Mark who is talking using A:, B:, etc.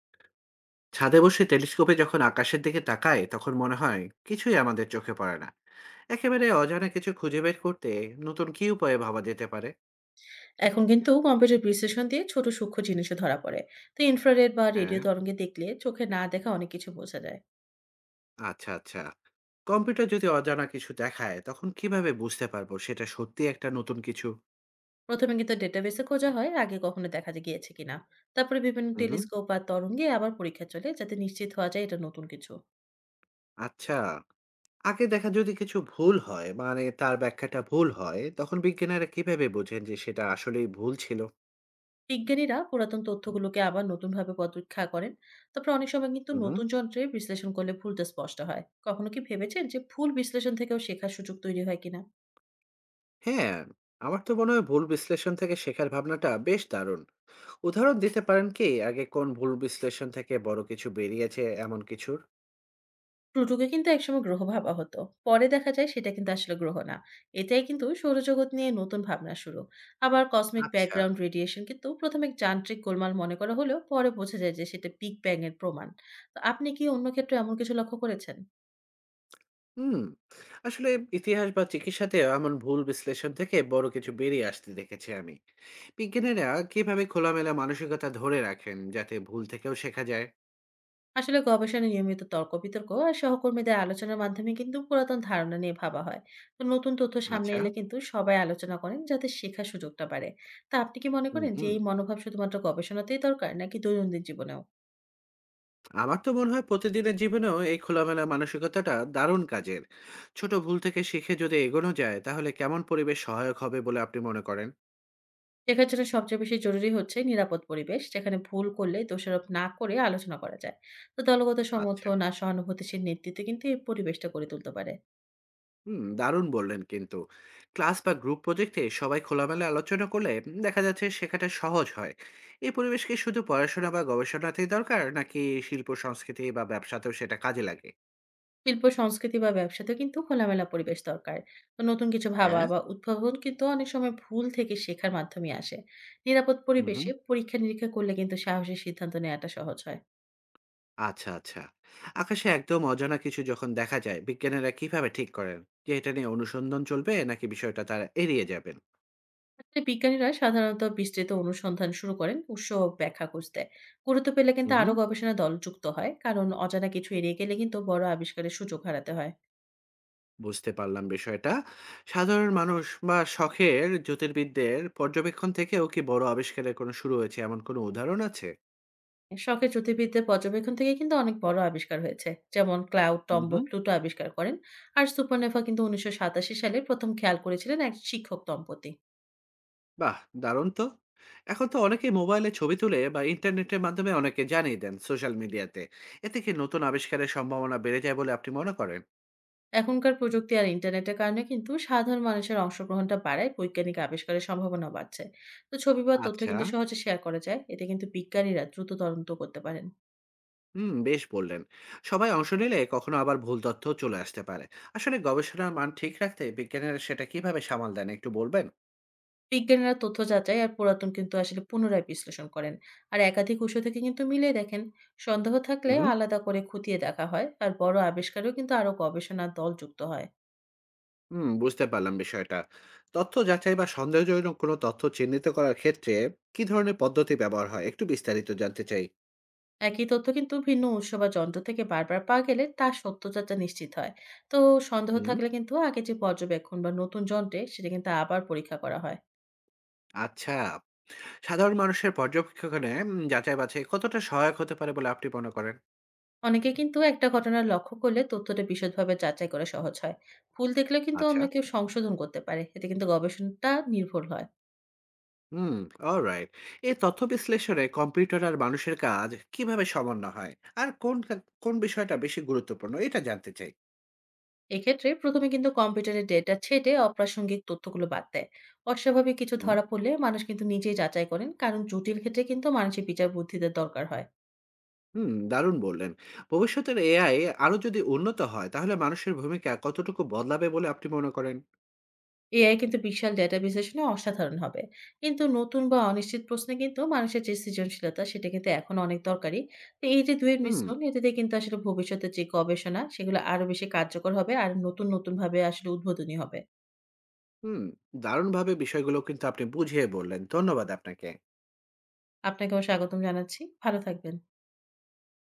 A: ছাদে বসে টেলিস্কোপে যখন আকাশের দিকে তাকাই তখন মনে হয় কিছুই আমাদের চোখে পড়ে না। একেবারে অজানা কিছু খুঁজে বের করতে নতুন কি উপায়ে ভাবা যেতে পারে?
B: এখন কিন্তু কম্পিউটার বিশ্লেষণ দিয়ে ছোট সূক্ষ্ম জিনিসও ধরা পড়ে। তো ইনফ্রারেড বা রেডিও
A: হ্যাঁ।
B: তরঙ্গে দেখলে চোখে না দেখা অনেক কিছু বোঝা যায়।
A: আচ্ছা আচ্ছা। কম্পিউটার যদি অজানা কিছু দেখায় তখন কিভাবে বুঝতে পারবো সেটা সত্যি একটা নতুন কিছু?
B: প্রথমে কিন্তু ডেটাবেসে খোঁজা হয় আগে কখনো দেখা যায় গিয়েছে কিনা। তারপরে বিভিন্ন
A: হুম।
B: টেলিস্কোপ বা তরঙ্গে আবার পরীক্ষা চলে, যাতে নিশ্চিত হওয়া যায় এটা নতুন কিছু।
A: আচ্ছা। আগে দেখা যদি কিছু ভুল হয়, মানে তার ব্যাখ্যাটা ভুল হয়, তখন বিজ্ঞানীরা কিভাবে বোঝেন যে সেটা আসলেই ভুল ছিল?
B: বিজ্ঞানীরা পুরাতন তথ্যগুলোকে আবার নতুনভাবে পরীক্ষা করেন। তারপরে অনেক সময় কিন্তু
A: হুম।
B: নতুন যন্ত্রে বিশ্লেষণ করলে ভুলটা স্পষ্ট হয়। কখনো কি ভেবেছেন যে ভুল বিশ্লেষণ থেকেও শেখার সুযোগ তৈরি হয় কিনা?
A: হ্যাঁ। আমার তো মনে হয় ভুল বিশ্লেষণ থেকে শেখার ভাবনাটা বেশ দারুণ। উদাহরণ দিতে পারেন কি? আগে কোন ভুল বিশ্লেষণ থেকে বড় কিছু বেরিয়েছে এমন কিছুর?
B: প্লুটোকে কিন্তু একসময় গ্রহ ভাবা হতো। পরে দেখা যায় সেটা কিন্তু আসলে গ্রহ না। এটাই কিন্তু সৌরজগৎ নিয়ে নতুন ভাবনা শুরু। আবার কসমিক
A: আচ্ছা।
B: ব্যাকগ্রাউন্ড রেডিয়েশন কিন্তু প্রথমে যান্ত্রিক গোলমাল মনে করা হলেও পরে বোঝা যায় যে সেটা বিগ ব্যাং এর প্রমাণ। তো আপনি কি অন্য ক্ষেত্রে এমন কিছু লক্ষ্য করেছেন?
A: হুম। আসলে ইতিহাস বা চিকিৎসাতেও এমন ভুল বিশ্লেষণ থেকে বড় কিছু বেরিয়ে আসতে দেখেছি আমি। বিজ্ঞানীরা কিভাবে খোলামেলা মানসিকতা ধরে রাখেন যাতে ভুল থেকেও শেখা যায়?
B: আসলে গবেষণায় নিয়মিত তর্ক বিতর্ক আর সহকর্মীদের আলোচনার মাধ্যমে কিন্তু পুরাতন ধারণা নিয়ে ভাবা হয়। তো নতুন তথ্য সামনে
A: আচ্ছা।
B: এলে কিন্তু সবাই আলোচনা করেন, যাতে শেখার সুযোগটা বাড়ে। তা আপনি কি মনে
A: হুম,
B: করেন যে
A: হুম।
B: এই মনোভাব শুধুমাত্র গবেষণাতেই দরকার নাকি দৈনন্দিন জীবনেও?
A: আমার তো মনে হয় প্রতিদিনের জীবনেও এই খোলামেলা মানসিকতাটা দারুণ কাজের। ছোট ভুল থেকে শিখে যদি এগোনো যায় তাহলে কেমন পরিবেশ সহায়ক হবে বলে আপনি মনে করেন?
B: শেখার জন্য সবচেয়ে বেশি জরুরি হচ্ছে নিরাপদ পরিবেশ, যেখানে ভুল করলে দোষারোপ না করে আলোচনা করা যায়। তো দলগত
A: আচ্ছা।
B: সমর্থন আর সহানুভূতিশীল নেতৃত্বে কিন্তু এই পরিবেশটা গড়ে তুলতে পারে।
A: হুম, দারুণ বললেন কিন্তু। ক্লাস বা গ্রুপ প্রজেক্টে সবাই খোলামেলা আলোচনা করলে দেখা যাচ্ছে শেখাটা সহজ হয়। এই পরিবেশ কি শুধু পড়াশোনা বা গবেষণাতেই দরকার নাকি শিল্প, সংস্কৃতি বা ব্যবসাতেও সেটা কাজে লাগে?
B: শিল্প সংস্কৃতি বা ব্যবসাতেও কিন্তু খোলামেলা পরিবেশ দরকার। তো নতুন কিছু ভাবা
A: হ্যাঁ।
B: বা উদ্ভাবন কিন্তু অনেক সময় ভুল থেকে শেখার মাধ্যমে আসে। নিরাপদ
A: হুম, হুম।
B: পরিবেশে পরীক্ষা নিরীক্ষা করলে কিন্তু সাহসী সিদ্ধান্ত নেওয়াটা সহজ হয়।
A: আচ্ছা, আচ্ছা। আকাশে একদম অজানা কিছু যখন দেখা যায়, বিজ্ঞানীরা কিভাবে ঠিক করেন যে এটা নিয়ে অনুসন্ধান চলবে নাকি বিষয়টা তারা এড়িয়ে যাবেন?
B: আসলে বিজ্ঞানীরা সাধারণত বিস্তৃত অনুসন্ধান শুরু করেন উৎস ও ব্যাখ্যা খুঁজতে। গুরুত্ব পেলে
A: হুম,
B: কিন্তু আরো
A: হুম।
B: গবেষণা দল যুক্ত হয়, কারণ অজানা কিছু এড়িয়ে গেলে কিন্তু বড় আবিষ্কারের সুযোগ হারাতে হয়।
A: বুঝতে পারলাম বিষয়টা। সাধারণ মানুষ বা শখের জ্যোতির্বিদদের পর্যবেক্ষণ থেকেও কি বড় আবিষ্কারের কোনো শুরু হয়েছে এমন কোনো উদাহরণ আছে?
B: শখের জ্যোতির্বিদদের পর্যবেক্ষণ থেকে কিন্তু অনেক বড় আবিষ্কার হয়েছে। যেমন ক্লাউড
A: হুম,
B: টম্ব
A: হুম।
B: প্লুটো আবিষ্কার করেন। আর সুপারনেফা কিন্তু 1987 সালে প্রথম খেয়াল করেছিলেন এক শিক্ষক দম্পতি।
A: বাহ! দারুণ তো। এখন তো অনেকেই মোবাইলে ছবি তুলে বা ইন্টারনেটের মাধ্যমে অনেকে জানিয়ে দেন সোশ্যাল মিডিয়াতে। এতে কি নতুন আবিষ্কারের সম্ভাবনা বেড়ে যায় বলে আপনি মনে করেন?
B: এখনকার প্রযুক্তি আর ইন্টারনেটের কারণে কিন্তু সাধারণ মানুষের অংশগ্রহণটা বাড়ায়, বৈজ্ঞানিক আবিষ্কারের সম্ভাবনা বাড়ছে। তো ছবি বা তথ্য
A: আচ্ছা,
B: কিন্তু সহজে শেয়ার করা যায়। এতে কিন্তু বিজ্ঞানীরা দ্রুত তদন্ত করতে পারেন।
A: হুম, বেশ বললেন। সবাই অংশ নিলে কখনো আবার ভুল তথ্যও চলে আসতে পারে। আসলে গবেষণার মান ঠিক রাখতে বিজ্ঞানীরা সেটা কিভাবে সামাল দেন একটু বলবেন?
B: বিজ্ঞানীরা তথ্য যাচাই আর পুরাতন কিন্তু আসলে পুনরায় বিশ্লেষণ করেন। আর একাধিক উৎস থেকে কিন্তু মিলিয়ে দেখেন। সন্দেহ থাকলে
A: উহু।
B: আলাদা করে খতিয়ে দেখা হয়। আর বড় আবিষ্কারেও কিন্তু আরো গবেষণা দল যুক্ত হয়।
A: হুম, বুঝতে পারলাম বিষয়টা। তথ্য যাচাই বা সন্দেহজনক কোনো তথ্য চিহ্নিত করার ক্ষেত্রে কি ধরনের পদ্ধতি ব্যবহার হয়? একটু বিস্তারিত জানতে চাই।
B: একই তথ্য কিন্তু ভিন্ন উৎস বা যন্ত্র থেকে বারবার পাওয়া গেলে তার সত্যতাটা নিশ্চিত হয়। তো সন্দেহ
A: হুম,
B: থাকলে কিন্তু আগে যে পর্যবেক্ষণ বা নতুন যন্ত্রে সেটা কিন্তু আবার পরীক্ষা করা হয়।
A: আচ্ছা। সাধারণ মানুষের পর্যবেক্ষণে যাচাই-বাছাই কতটা সহায়ক হতে পারে বলে আপনি মনে করেন?
B: অনেকে কিন্তু একটা ঘটনার লক্ষ্য করলে তথ্যটা বিশদভাবে যাচাই করা সহজ হয়। ভুল দেখলে কিন্তু
A: আচ্ছা।
B: অন্য কেউ সংশোধন করতে পারে, এতে কিন্তু গবেষণাটা নির্ভুল হয়।
A: হুম, অলরাইট। এই তথ্য বিশ্লেষণে কম্পিউটার আর মানুষের কাজ কিভাবে সমন্বয় হয়? আর কোন বিষয়টা বেশি গুরুত্বপূর্ণ? এটা জানতে চাই।
B: এক্ষেত্রে প্রথমে কিন্তু কম্পিউটারের ডেটা ছেটে অপ্রাসঙ্গিক তথ্যগুলো বাদ দেয়। অস্বাভাবিক কিছু
A: হুম।
B: ধরা পড়লে মানুষ কিন্তু নিজেই যাচাই করেন, কারণ জটিল ক্ষেত্রে কিন্তু মানুষের বিচার বুদ্ধিদের দরকার হয়।
A: হুম, দারুণ বললেন। ভবিষ্যতের এআই আরো যদি উন্নত হয়, তাহলে মানুষের ভূমিকা কতটুকু বদলাবে বলে আপনি মনে করেন?
B: এআই কিন্তু বিশাল ডেটা বিশ্লেষণে অসাধারণ হবে। কিন্তু নতুন বা অনিশ্চিত প্রশ্নে কিন্তু মানুষের যে সৃজনশীলতা, সেটা কিন্তু এখন অনেক দরকারি। তো এই যে দুয়ের
A: হুম,
B: মিশ্রণ, এটাতে কিন্তু আসলে ভবিষ্যতের যে গবেষণা সেগুলো আরো বেশি কার্যকর হবে, আর নতুন নতুন ভাবে আসলে উদ্বোধনী হবে।
A: হুম, দারুণভাবে বিষয়গুলো কিন্তু আপনি বুঝিয়ে বললেন। ধন্যবাদ আপনাকে।
B: আপনাকেও স্বাগতম জানাচ্ছি, ভালো থাকবেন।